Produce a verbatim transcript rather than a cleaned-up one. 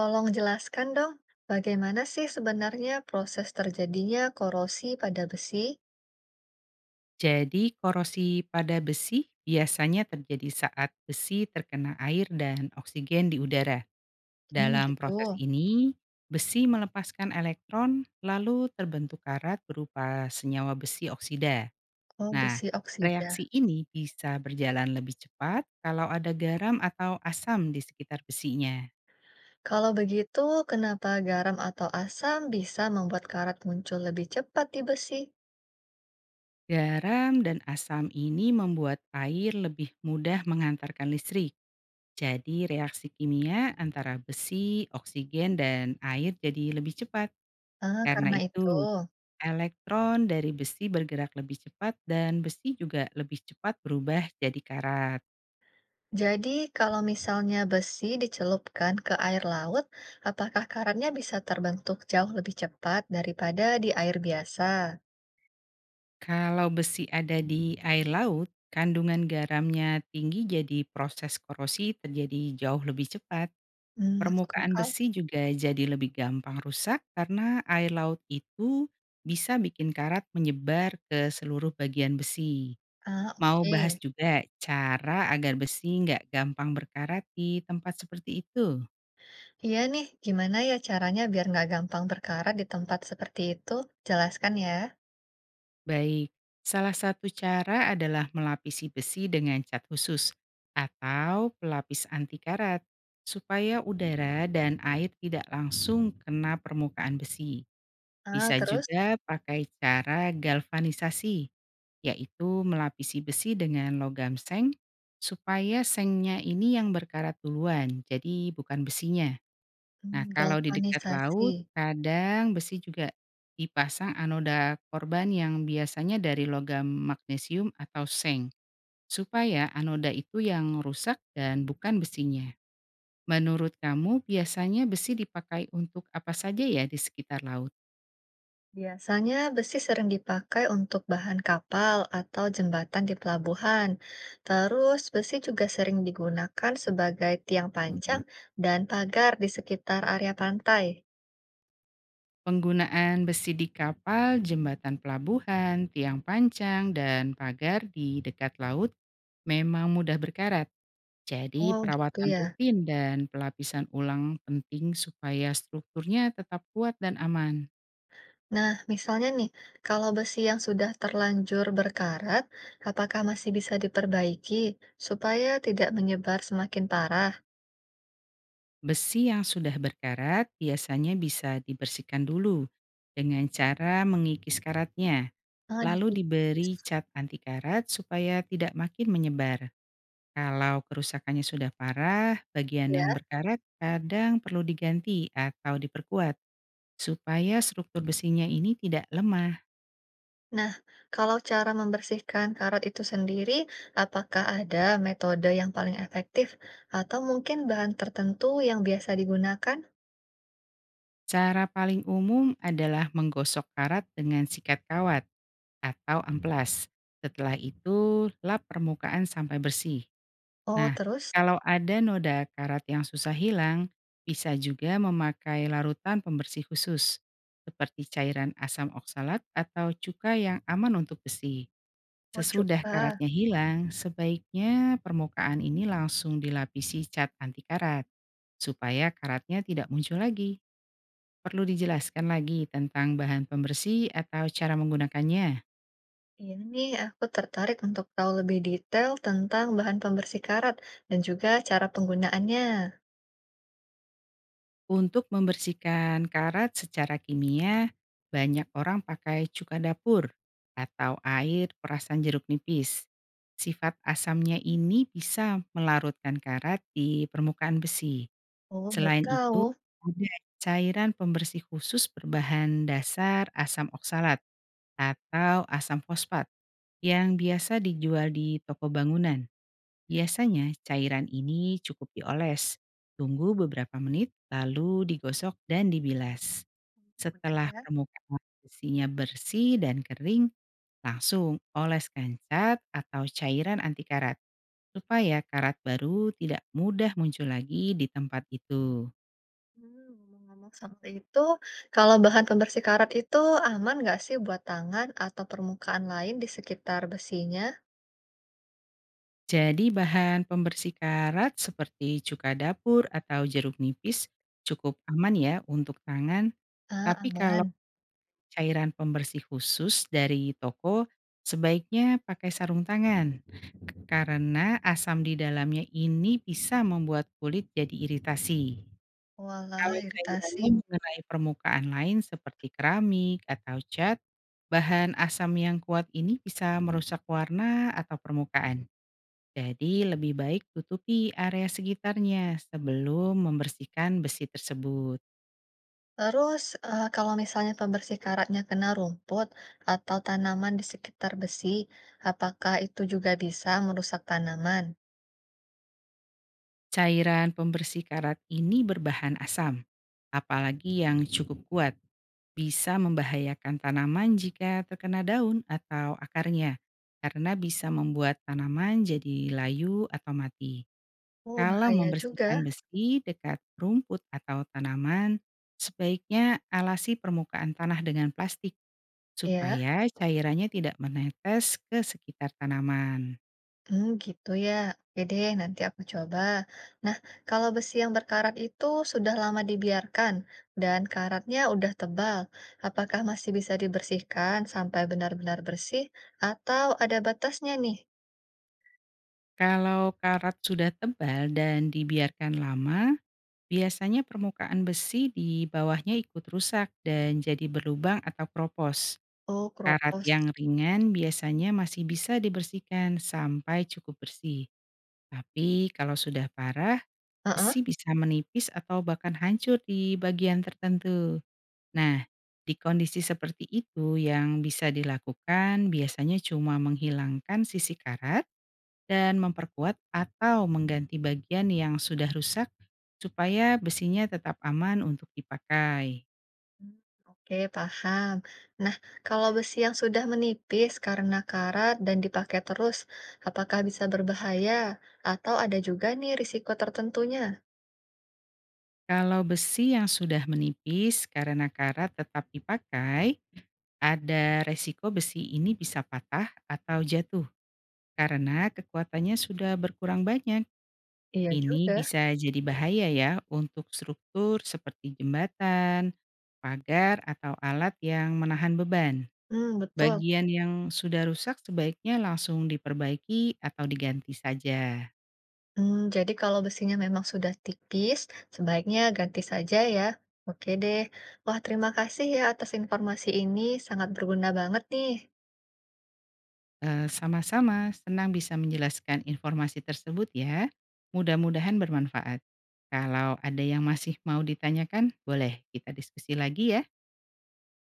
Tolong jelaskan dong, bagaimana sih sebenarnya proses terjadinya korosi pada besi? Jadi korosi pada besi biasanya terjadi saat besi terkena air dan oksigen di udara. Hmm, Dalam proses gitu. ini, besi melepaskan elektron lalu terbentuk karat berupa senyawa besi oksida. Oh, Nah, besi oksida. reaksi ini bisa berjalan lebih cepat kalau ada garam atau asam di sekitar besinya. Kalau begitu, kenapa garam atau asam bisa membuat karat muncul lebih cepat di besi? Garam dan asam ini membuat air lebih mudah mengantarkan listrik. Jadi reaksi kimia antara besi, oksigen, dan air jadi lebih cepat. Ah, Karena karena itu. itu, elektron dari besi bergerak lebih cepat dan besi juga lebih cepat berubah jadi karat. Jadi, kalau misalnya besi dicelupkan ke air laut, apakah karatnya bisa terbentuk jauh lebih cepat daripada di air biasa? Kalau besi ada di air laut, kandungan garamnya tinggi jadi proses korosi terjadi jauh lebih cepat. Hmm, masuk Permukaan akal. besi juga jadi lebih gampang rusak karena air laut itu bisa bikin karat menyebar ke seluruh bagian besi. Ah, Mau bahas oke. juga cara agar besi nggak gampang berkarat di tempat seperti itu? Iya nih, gimana ya caranya biar nggak gampang berkarat di tempat seperti itu? Jelaskan ya. Baik, salah satu cara adalah melapisi besi dengan cat khusus atau pelapis anti karat supaya udara dan air tidak langsung kena permukaan besi. Ah, Bisa terus. juga pakai cara galvanisasi, yaitu melapisi besi dengan logam seng supaya sengnya ini yang berkarat duluan, jadi bukan besinya. Nah, Hmm, kalau di dekat galvanisasi. laut, kadang besi juga dipasang anoda korban yang biasanya dari logam magnesium atau seng, supaya anoda itu yang rusak dan bukan besinya. Menurut kamu, biasanya besi dipakai untuk apa saja ya di sekitar laut? Biasanya besi sering dipakai untuk bahan kapal atau jembatan di pelabuhan. Terus besi juga sering digunakan sebagai tiang pancang dan pagar di sekitar area pantai. Penggunaan besi di kapal, jembatan pelabuhan, tiang pancang, dan pagar di dekat laut memang mudah berkarat. Jadi Oh, gitu perawatan ya. rutin dan pelapisan ulang penting supaya strukturnya tetap kuat dan aman. Nah, misalnya nih, kalau besi yang sudah terlanjur berkarat, apakah masih bisa diperbaiki supaya tidak menyebar semakin parah? Besi yang sudah berkarat biasanya bisa dibersihkan dulu dengan cara mengikis karatnya, Ah, lalu dikikis, diberi cat anti karat supaya tidak makin menyebar. Kalau kerusakannya sudah parah, bagian yang ya. berkarat kadang perlu diganti atau diperkuat supaya struktur besinya ini tidak lemah. Nah, kalau cara membersihkan karat itu sendiri, apakah ada metode yang paling efektif atau mungkin bahan tertentu yang biasa digunakan? Cara paling umum adalah menggosok karat dengan sikat kawat atau amplas. Setelah itu, lap permukaan sampai bersih. Oh, Nah, terus? kalau ada noda karat yang susah hilang, bisa juga memakai larutan pembersih khusus, seperti cairan asam oksalat atau cuka yang aman untuk besi. Oh, Sesudah cuka. karatnya hilang, sebaiknya permukaan ini langsung dilapisi cat anti karat, supaya karatnya tidak muncul lagi. Perlu dijelaskan lagi tentang bahan pembersih atau cara menggunakannya. Iya nih, aku tertarik untuk tahu lebih detail tentang bahan pembersih karat dan juga cara penggunaannya. Untuk membersihkan karat secara kimia, banyak orang pakai cuka dapur atau air perasan jeruk nipis. Sifat asamnya ini bisa melarutkan karat di permukaan besi. Oh, baru Selain itu, tahu. ada cairan pembersih khusus berbahan dasar asam oksalat atau asam fosfat yang biasa dijual di toko bangunan. Biasanya cairan ini cukup dioles, tunggu beberapa menit lalu digosok dan dibilas. Udah Setelah ya. permukaan besinya bersih dan kering, langsung oleskan cat atau cairan anti karat supaya karat baru tidak mudah muncul lagi di tempat itu. Hmm, ngomong-ngomong soal itu, kalau bahan pembersih karat itu aman nggak sih buat tangan atau permukaan lain di sekitar besinya? Jadi bahan pembersih karat seperti cuka dapur atau jeruk nipis cukup aman ya untuk tangan, Ah, tapi kalau aman. cairan pembersih khusus dari toko sebaiknya pakai sarung tangan karena asam di dalamnya ini bisa membuat kulit jadi iritasi. Walah, Kalau iritasi. cairannya mengenai permukaan lain seperti keramik atau cat, bahan asam yang kuat ini bisa merusak warna atau permukaan. Jadi lebih baik tutupi area sekitarnya sebelum membersihkan besi tersebut. Terus, eee, kalau misalnya pembersih karatnya kena rumput atau tanaman di sekitar besi, apakah itu juga bisa merusak tanaman? Cairan pembersih karat ini berbahan asam, apalagi yang cukup kuat, bisa membahayakan tanaman jika terkena daun atau akarnya, karena bisa membuat tanaman jadi layu atau mati. Oh, Kalau bahaya membersihkan juga, besi dekat rumput atau tanaman, sebaiknya alasi permukaan tanah dengan plastik ya? supaya cairannya tidak menetes ke sekitar tanaman. Hmm, gitu ya. Oke deh, nanti aku coba. Nah, kalau besi yang berkarat itu sudah lama dibiarkan dan karatnya udah tebal, apakah masih bisa dibersihkan sampai benar-benar bersih atau ada batasnya nih? Kalau karat sudah tebal dan dibiarkan lama, biasanya permukaan besi di bawahnya ikut rusak dan jadi berlubang atau keropos. Oh, Karat kropos. yang ringan biasanya masih bisa dibersihkan sampai cukup bersih. Tapi kalau sudah parah, Heeh. besi bisa menipis atau bahkan hancur di bagian tertentu. Nah, di kondisi seperti itu yang bisa dilakukan biasanya cuma menghilangkan sisi karat dan memperkuat atau mengganti bagian yang sudah rusak supaya besinya tetap aman untuk dipakai. Hmm, oke, paham. Nah, kalau besi yang sudah menipis karena karat dan dipakai terus, apakah bisa berbahaya atau ada juga nih risiko tertentunya? Kalau besi yang sudah menipis karena karat tetap dipakai, ada resiko besi ini bisa patah atau jatuh karena kekuatannya sudah berkurang banyak. Iya Ini juga. bisa jadi bahaya ya untuk struktur seperti jembatan, pagar, atau alat yang menahan beban. Hmm, betul. Bagian yang sudah rusak sebaiknya langsung diperbaiki atau diganti saja. Hmm, jadi kalau besinya memang sudah tipis, sebaiknya ganti saja ya. Oke deh. Wah, terima kasih ya atas informasi ini. Sangat berguna banget nih. Eh, Sama-sama, senang bisa menjelaskan informasi tersebut ya. Mudah-mudahan bermanfaat. Kalau ada yang masih mau ditanyakan, boleh kita diskusi lagi ya.